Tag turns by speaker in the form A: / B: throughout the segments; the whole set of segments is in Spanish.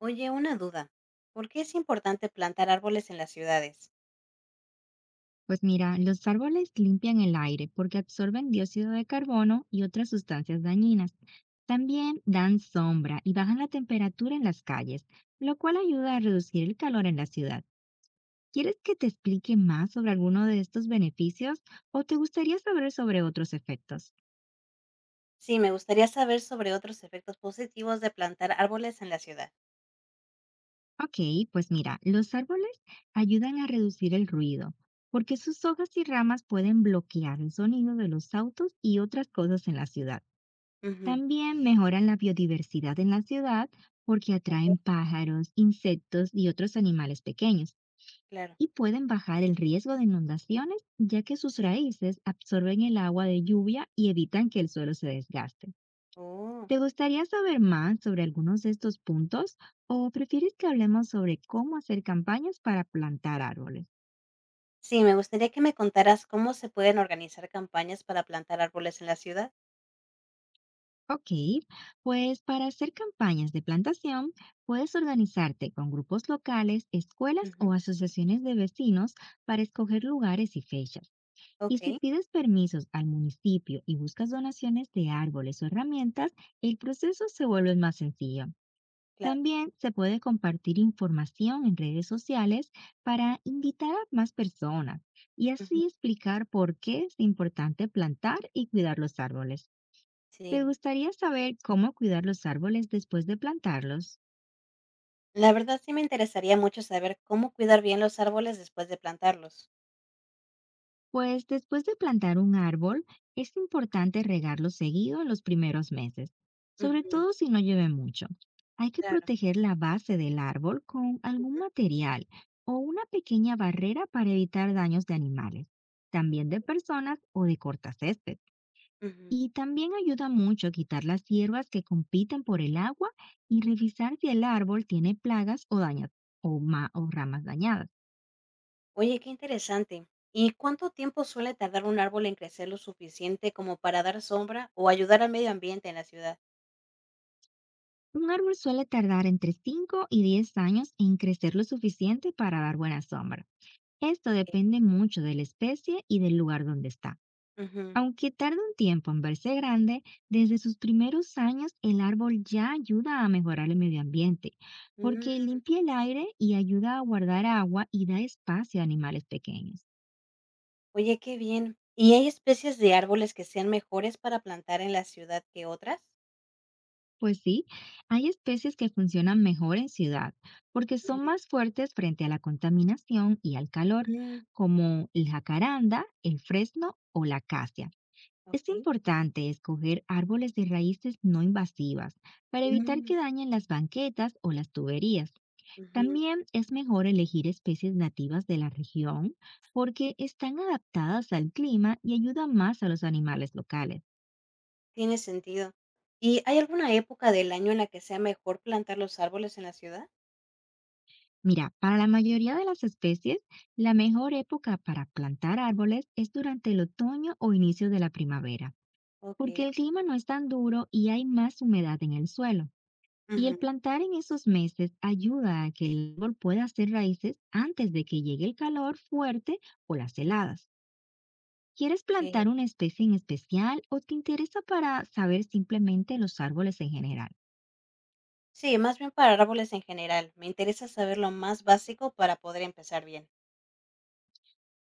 A: Oye, una duda. ¿Por qué es importante plantar árboles en las ciudades?
B: Pues mira, los árboles limpian el aire porque absorben dióxido de carbono y otras sustancias dañinas. También dan sombra y bajan la temperatura en las calles, lo cual ayuda a reducir el calor en la ciudad. ¿Quieres que te explique más sobre alguno de estos beneficios o te gustaría saber sobre otros efectos?
A: Sí, me gustaría saber sobre otros efectos positivos de plantar árboles en la ciudad.
B: Ok, pues mira, los árboles ayudan a reducir el ruido porque sus hojas y ramas pueden bloquear el sonido de los autos y otras cosas en la ciudad.
A: Ujú.
B: También mejoran la biodiversidad en la ciudad porque
A: Ok,
B: atraen pájaros, insectos y otros animales pequeños,
A: claro,
B: y pueden bajar el riesgo de inundaciones, ya que sus
A: sí.
B: raíces absorben el agua de lluvia y evitan que el suelo se desgaste.
A: Oh.
B: ¿Te gustaría saber más sobre algunos de estos puntos o prefieres que hablemos sobre cómo hacer campañas para plantar árboles?
A: Sí, me gustaría que me contaras cómo se pueden organizar campañas para plantar árboles en la ciudad.
B: Ok, pues para hacer campañas de plantación, puedes organizarte con grupos locales, escuelas
A: Ujú.
B: o asociaciones de vecinos para escoger lugares y fechas. Y
A: Ok,
B: si pides permisos al municipio y buscas donaciones de árboles o herramientas, el proceso se vuelve más sencillo.
A: claro.
B: También se puede compartir información en redes sociales para invitar a más personas y
A: Ujú,
B: así explicar por qué es importante plantar y cuidar los árboles. ¿Te
A: sí.
B: gustaría saber cómo cuidar los árboles después de plantarlos?
A: La verdad, sí me interesaría mucho saber cómo cuidar bien los árboles después de plantarlos.
B: Pues después de plantar un árbol, es importante regarlo seguido en los primeros meses, sobre
A: Ujú.
B: todo si no llueve mucho. Hay que
A: Claro.
B: proteger la base del árbol con algún
A: Ujú.
B: material o una pequeña barrera para evitar daños de animales, también de personas o de cortacésped. Y también ayuda mucho a quitar las hierbas que compiten por el agua y revisar si el árbol tiene plagas o o ramas dañadas.
A: Oye, qué interesante. ¿Y cuánto tiempo suele tardar un árbol en crecer lo suficiente como para dar sombra o ayudar al medio ambiente en la ciudad?
B: Un árbol suele tardar entre 5 y 10 años en crecer lo suficiente para dar buena sombra. Esto
A: Eh,
B: depende mucho de la especie y del lugar donde está.
A: ujú.
B: Aunque tarde un tiempo en verse grande, desde sus primeros años el árbol ya ayuda a mejorar el medio ambiente, porque
A: Mm.
B: limpia el aire y ayuda a guardar agua y da espacio a animales pequeños.
A: Oye, qué bien. ¿Y hay especies de árboles que sean mejores para plantar en la ciudad que otras?
B: Pues sí, hay especies que funcionan mejor en ciudad porque son
A: Ujú.
B: más fuertes frente a la contaminación y al calor,
A: Mm,
B: como el jacaranda, el fresno o la acacia. Es
A: ok.
B: importante escoger árboles de raíces no invasivas para evitar
A: Mm,
B: que dañen las banquetas o las tuberías.
A: ujú.
B: También es mejor elegir especies nativas de la región porque están adaptadas al clima y ayudan más a los animales locales.
A: Tiene sentido. ¿Y hay alguna época del año en la que sea mejor plantar los árboles en la ciudad?
B: Mira, para la mayoría de las especies, la mejor época para plantar árboles es durante el otoño o inicio de la primavera,
A: Ok.
B: porque el clima no es tan duro y hay más humedad en el suelo. Y el
A: Ujú,
B: plantar en esos meses ayuda a que el árbol pueda hacer raíces antes de que llegue el calor fuerte o las
A: ujú.
B: heladas. ¿Quieres
A: Ok.
B: plantar una especie en especial o te interesa para saber simplemente los árboles en general?
A: Sí, más bien para árboles en general. Me interesa saber lo más básico para poder empezar bien.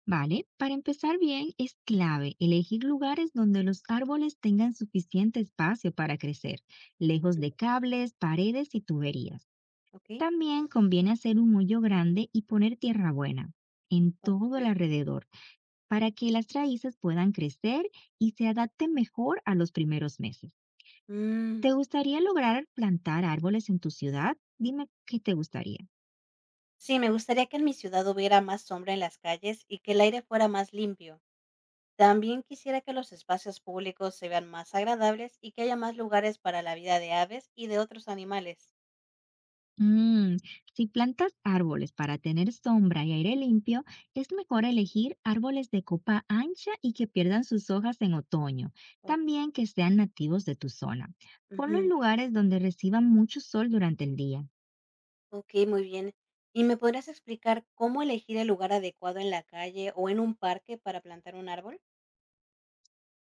B: Vale, para empezar bien es clave elegir lugares donde los árboles tengan suficiente espacio para crecer, lejos de cables, paredes y tuberías.
A: ¿Ok?
B: También conviene hacer un hoyo grande y poner tierra buena en
A: Ok.
B: todo el alrededor para que las raíces puedan crecer y se adapten mejor a los primeros meses.
A: Mm.
B: ¿Te gustaría lograr plantar árboles en tu ciudad? Dime qué te gustaría.
A: Sí, me gustaría que en mi ciudad hubiera más sombra en las calles y que el aire fuera más limpio. También quisiera que los espacios públicos se vean más agradables y que haya más lugares para la vida de aves y de otros animales.
B: Mm, si plantas árboles para tener sombra y aire limpio, es mejor elegir árboles de copa ancha y que pierdan sus hojas en otoño,
A: O-
B: también que sean nativos de tu zona. Ponlo en
A: Ujú.
B: lugares donde reciban mucho sol durante el día.
A: Ok, muy bien. ¿Y me podrías explicar cómo elegir el lugar adecuado en la calle o en un parque para plantar un árbol?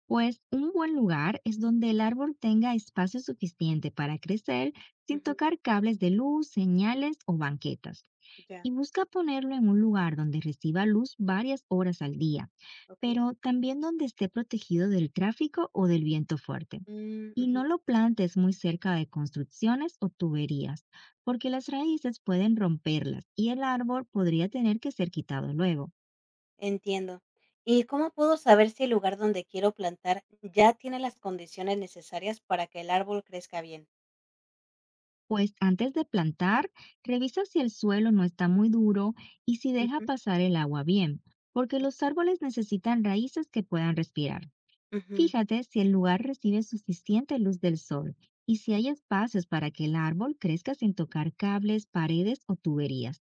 B: Pues un buen lugar es donde el árbol tenga espacio suficiente para crecer sin
A: Ujú,
B: tocar cables de luz, señales o banquetas.
A: ya,
B: Y busca ponerlo en un lugar donde reciba luz varias horas al día,
A: ok.
B: pero también donde esté protegido del tráfico o del viento fuerte.
A: Mm,
B: Y
A: ujú.
B: no lo plantes muy cerca de construcciones o tuberías, porque las raíces pueden romperlas y el árbol podría tener que ser quitado luego.
A: Entiendo. ¿Y cómo puedo saber si el lugar donde quiero plantar ya tiene las condiciones necesarias para que el árbol crezca bien?
B: Pues antes de plantar, revisa si el suelo no está muy duro y si deja
A: Ujú,
B: pasar el agua bien, porque los
A: ok.
B: árboles necesitan raíces que puedan respirar.
A: Ujú,
B: Fíjate si el lugar recibe suficiente luz del sol y si
A: ujú.
B: hay espacios para que el árbol crezca sin tocar cables, paredes o tuberías.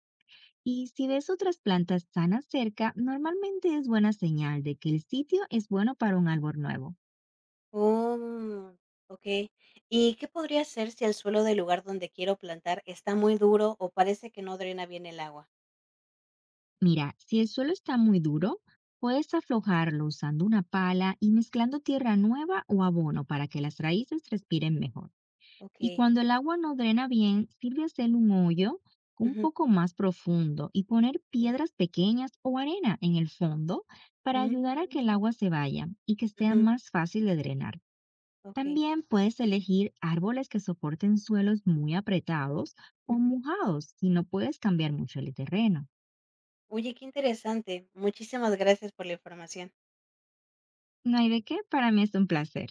B: Y si
A: Ok.
B: ves otras plantas sanas cerca, normalmente es buena señal de que el sitio es bueno para un árbol nuevo.
A: Oh, ok. ¿Y qué podría hacer si el suelo del lugar donde quiero plantar está muy duro o parece que no drena bien el agua?
B: Mira, si el suelo está muy duro, puedes aflojarlo usando una pala y mezclando tierra nueva o abono para que las raíces respiren mejor. Y
A: Ok.
B: cuando el agua no drena bien, sirve hacer un hoyo un
A: Ujú,
B: poco más profundo y poner
A: sí.
B: piedras pequeñas o arena en el fondo para ayudar a que el
A: Mm,
B: agua se vaya y que sea
A: ujú,
B: más fácil de drenar.
A: ok.
B: También puedes elegir árboles que soporten suelos muy apretados o
A: Ujú.
B: mojados si no puedes cambiar mucho el terreno.
A: Oye, qué interesante. Muchísimas gracias por la información.
B: No hay de qué, para mí es un placer.